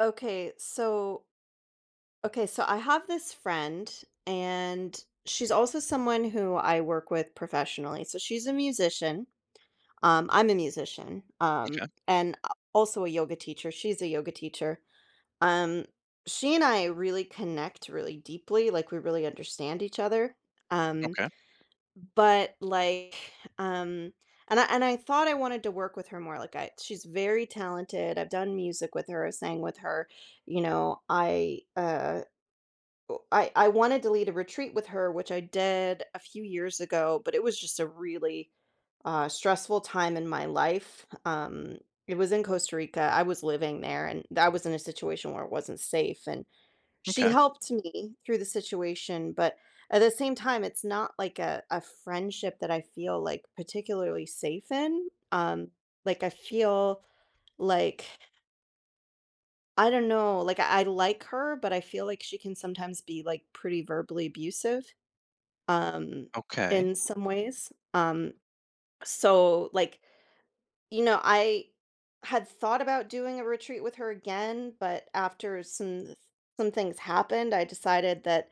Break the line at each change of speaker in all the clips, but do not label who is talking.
Okay, so okay, so I have this friend and she's also someone who I work with professionally. So she's a musician. I'm a musician.
Okay,
And a- Also a yoga teacher. She's a yoga teacher. Um, she and I really connect really deeply, like we really understand each other. Um,
okay,
but, like, um and I thought I wanted to work with her more, like, I she's very talented, I've done music with her, I sang with her, you know, I, o I I wanted to lead a retreat with her, which I did a few years ago, but it was just a really, stressful time in my life, it was in Costa Rica, I was living there, and I was in a situation where it wasn't safe, and she
okay,
helped me through the situation, but at the same time, it's not like a friendship that I feel, like, particularly safe in, like, I feel like I don't know, like, I like her, but I feel like she can sometimes be, like, pretty verbally abusive, um,
okay.
in some ways, so, like, you know, I had thought about doing a retreat with her again, but after some things happened, I decided that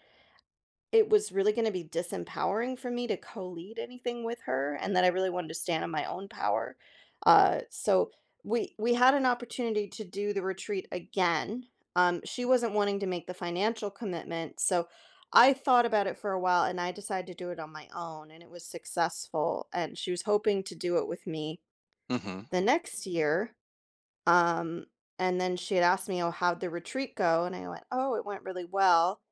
it was really gonna be disempowering for me to co-lead anything with her and that I really wanted to stand on my own power. So we had an opportunity to do the retreat again. She wasn't wanting to make the financial commitment, so I thought about it for a while and I decided to do it on my own and it was successful and she was hoping to do it with me
Mhm.
the next year. Um, and then she had asked me, "Oh, how'd the retreat go?" And I went, "Oh, it went really well."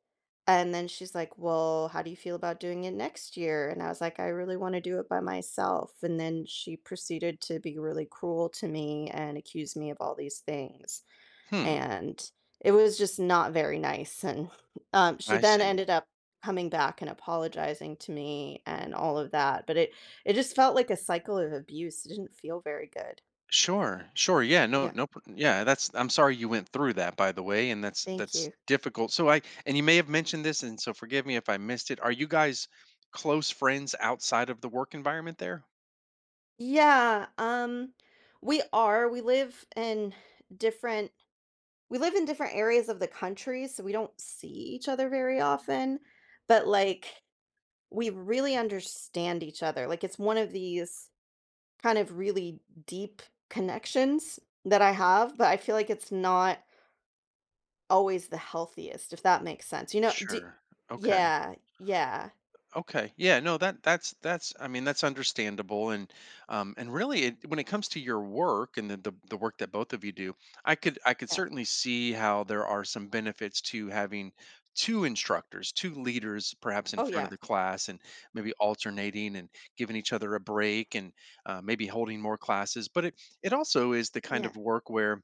And then she's like, "Well, how do you feel about doing it next year?" And I was like, "I really wanna do it by myself." And then she proceeded to be really cruel to me and accuse me of all these things,
Hmm,
and it was just not very nice, and, she
I
then
see.
ended up coming back and apologizing to me and all of that, but it just felt like a cycle of abuse, it didn't feel very good.
Sure, sure, yeah, no
Yeah,
no pr yeah, that's I'm sorry you went through that, by the way, and that's
thank
that's
you.
difficult. So I, and you may have mentioned this, and so forgive me if I missed it. Are you guys close friends outside of the work environment there?
Yeah, we are, we live in different areas of the country, so we don't see each other very often, but like we really understand each other. Like it's one of these kind of really deep connections that I have, but I feel like it's not always the healthiest, if that makes sense. You know, do,
Sure, okay.
yeah, yeah,
Okay. Yeah, no, that's that's understandable. And really, it, when it comes to your work and the work that both of you do, I could
yeah.
certainly see how there are some benefits to having two instructors, two leaders perhaps in
Oh,
front of
yeah,
the class, and maybe alternating and giving each other a break, and maybe holding more classes. But it also is the kind
yeah,
of work where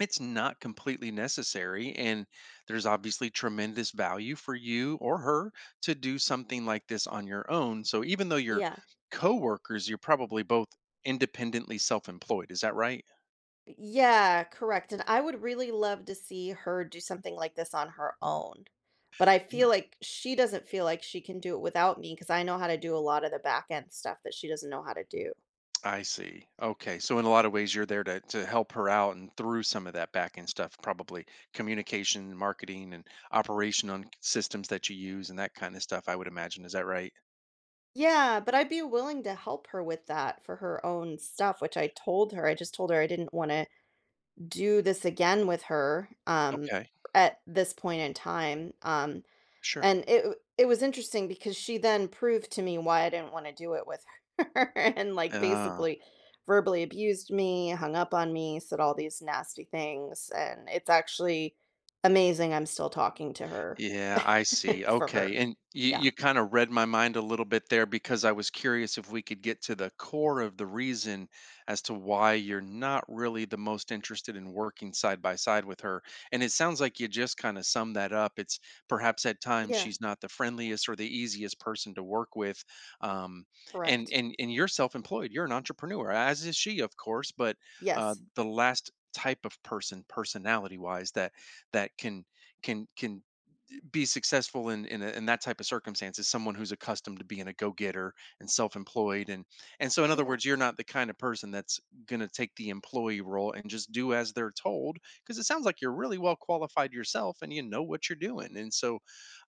it's not completely necessary. And there's obviously tremendous value for you or her to do something like this on your own. So even though you're
yeah.
coworkers, you're probably both independently self employed. Is that right?
Yeah, correct, and I would really love to see her do something like this on her own, but I feel
Yeah.
like she doesn't feel like she can do it without me because I know how to do a lot of the back end stuff that she doesn't know how to do.
I see. Okay. So in a lot of ways you're there to help her out and through some of that back end stuff, probably communication, marketing, and operation on systems that you use and that kind of stuff, I would imagine. Is that right?
Yeah, but I'd be willing to help her with that for her own stuff, which I told her. I just told her I didn't wanna do this again with her,
Okay.
at this point in time,
Sure.
and it was interesting because she then proved to me why I didn't wanna do it with her and, like,
Ah.
basically verbally abused me, hung up on me, said all these nasty things, and it's actually amazing I'm still talking to her
Yeah, I see.
for
Okay.
her.
And
Yeah.
you kind of read my mind a little bit there, because I was curious if we could get to the core of the reason as to why you're not really the most interested in working side by side with her. And it sounds like you just kind of summed that up. It's perhaps at times
Yeah,
she's not the friendliest or the easiest person to work with. Um, and
correct.
and and you're self-employed. You're an entrepreneur, as is she, of course, but
Yes.
the last type of person, personality wise, that that can can be successful in a, in that type of circumstance is someone who's accustomed to being a go-getter and self-employed. And so, in other
Yeah,
words, you're not the kind of person that's going to take the employee role and just do as they're told, because it sounds like you're really well qualified yourself and you know what you're doing. and so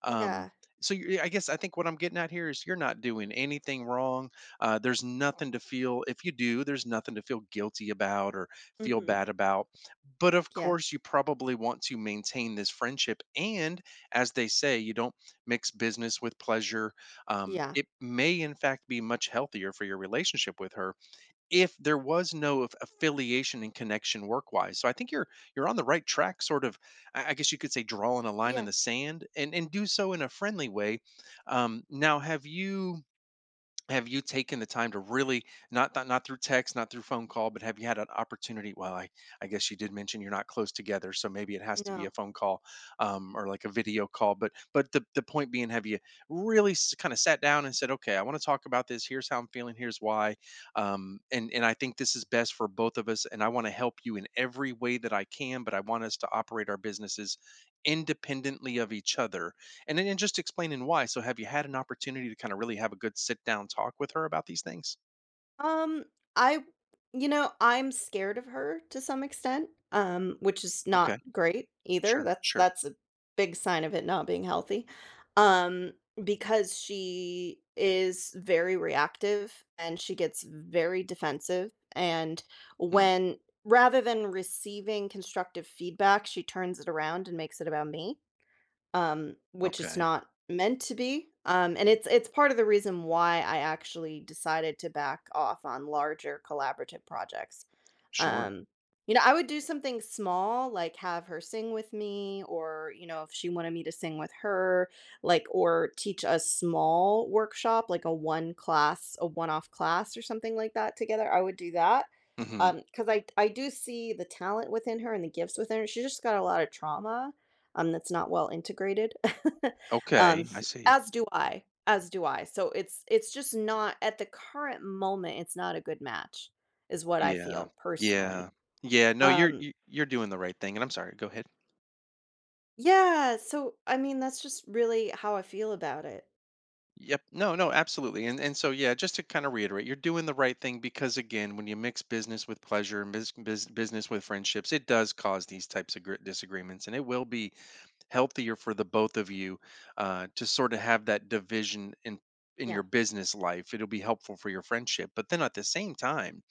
um
yeah.
so you, I think what I'm getting at here is you're not doing anything wrong. There's nothing to feel guilty about or feel
Mhm.
bad about. But of
Yeah,
course you probably want to maintain this friendship. And as they say, you don't mix business with pleasure.
yeah,
It may, in fact, be much healthier for your relationship with her if there was no affiliation and connection work-wise. So I think you're on the right track, sort of. I guess you could say drawing a line in
yeah.
the sand, and do so in a friendly way. Now, have you taken the time to really, not through text, not through phone call, but have you had an opportunity? I guess you did mention you're not close together, so maybe it has to be a
No.
phone call, or like a video call. But the point being, have you really kind of sat down and said, okay, I want to talk about this, here's how I'm feeling, here's why, and I think this is best for both of us, and I want to help you in every way that I can, but I want us to operate our businesses independently of each other. And then, and just explaining why. So have you had an opportunity to kind of really have a good sit down talk with her about these things?
Um, I You know, I'm scared of her to some extent, which is not
Okay.
great either.
Sure.
That's
Sure.
that's a big sign of it not being healthy. Um, because she is very reactive and she gets very defensive and
Hmm.
when rather than receiving constructive feedback, she turns it around and makes it about me, which it's
Okay.
not meant to be. And it's part of the reason why I actually decided to back off on larger collaborative projects.
Sure.
Um, you know, I would do something small, like have her sing with me, or you know, if she wanted me to sing with her, like or teach a small workshop, like a one class, a one-off class or something like that together. I would do that.
Hmm.
Because I do see the talent within her and the gifts within her. She's just got a lot of trauma, that's not well integrated. um,
Okay. I see.
as do I. So it's just not at the current moment. It's not a good match, is what I
Yeah.
feel personally.
Yeah. Yeah. No,
Um,
you're doing the right thing. And I'm sorry. Go ahead.
yeah. So I mean, that's just really how I feel about it.
Yep. No, no, absolutely. And so yeah, just to kind of reiterate, you're doing the right thing, because again, when you mix business with pleasure and business with friendships, it does cause these types of disagreements. And it will be healthier for the both of you, to sort of have that division in your
Yeah,
business life. It'll be helpful for your friendship. But then at the same time,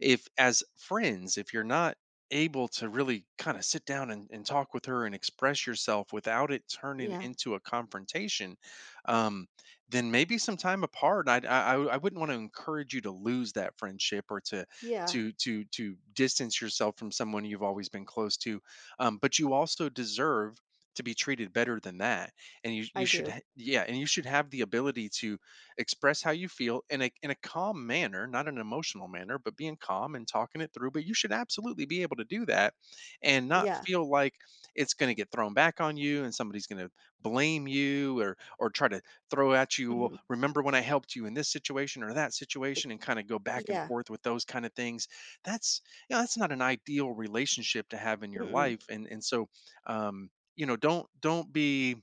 if as friends, if you're not able to really kind of sit down and talk with her and express yourself without it turning
yeah,
into a confrontation, um, then maybe some time apart. I wouldn't want to encourage you to lose that friendship, or to
yeah.
to distance yourself from someone you've always been close to. Um, but you also deserve to be treated better than that. And
I
you should
do.
yeah, and you should have the ability to express how you feel in a calm manner, not an emotional manner, but being calm and talking it through. But you should absolutely be able to do that, and not
Yeah.
feel like it's going to get thrown back on you, and somebody's going to blame you, or try to throw at you, well,
Hmm.
remember when I helped you in this situation or that situation, and kind of go back and
Yeah.
forth with those kind of things. That's, you know, that's not an ideal relationship to have in your
Mm-mm.
life. And so, um, you know, don't be,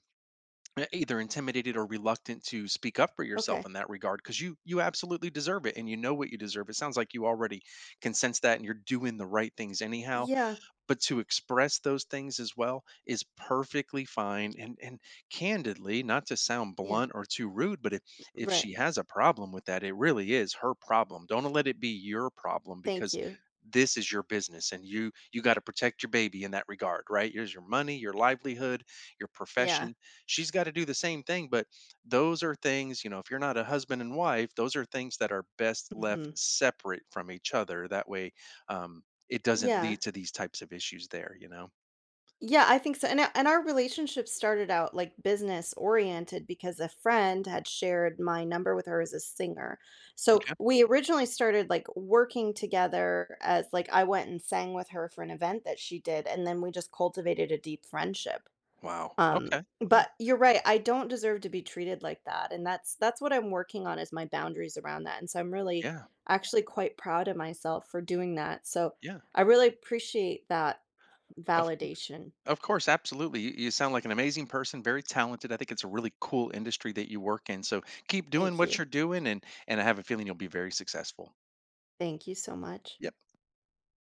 either intimidated or reluctant to speak up for yourself
Okay.
in that regard, because you absolutely deserve it. And you know what you deserve, it sounds like you already can sense that, and you're doing the right things anyhow.
Yeah.
But to express those things as well is perfectly fine. And candidly, not to sound
Yeah.
blunt or too rude, but if
Right.
she has a problem with that, it really is her problem. Don't let it be your problem,
Thank
because
you.
this is your business, and you got to protect your baby in that regard. Right, here's your money, your livelihood, your
Yeah.
profession. She's got to do the same thing. But those are things, you know, if you're not a husband and wife, those are things that are best left
Hmm.
separate from each other that way. Um, it doesn't
Yeah.
lead to these types of issues there, you know?
Yeah, I think so, and o and our relationship started out, like, business-oriented because a friend had shared my number with her as a singer. So,
Okay.
we originally started, like, working together as, like, I went and sang with her for an event that she did, and then we just cultivated a deep friendship.
Wow. Okay. Yeah.
But you're right, I don't deserve to be treated like that, and that's what I'm working on is my boundaries around that, and so I'm really
Yeah.
actually quite proud of myself for doing that, so
Yeah.
I really appreciate that
Of course.
validation.
Of course. Absolutely. You sound like an amazing person, very talented. I think it's a really cool industry that you work in. So keep doing
Thank
what
you.
you're doing, and I have a feeling you'll be very successful.
Thank you so much.
Yep.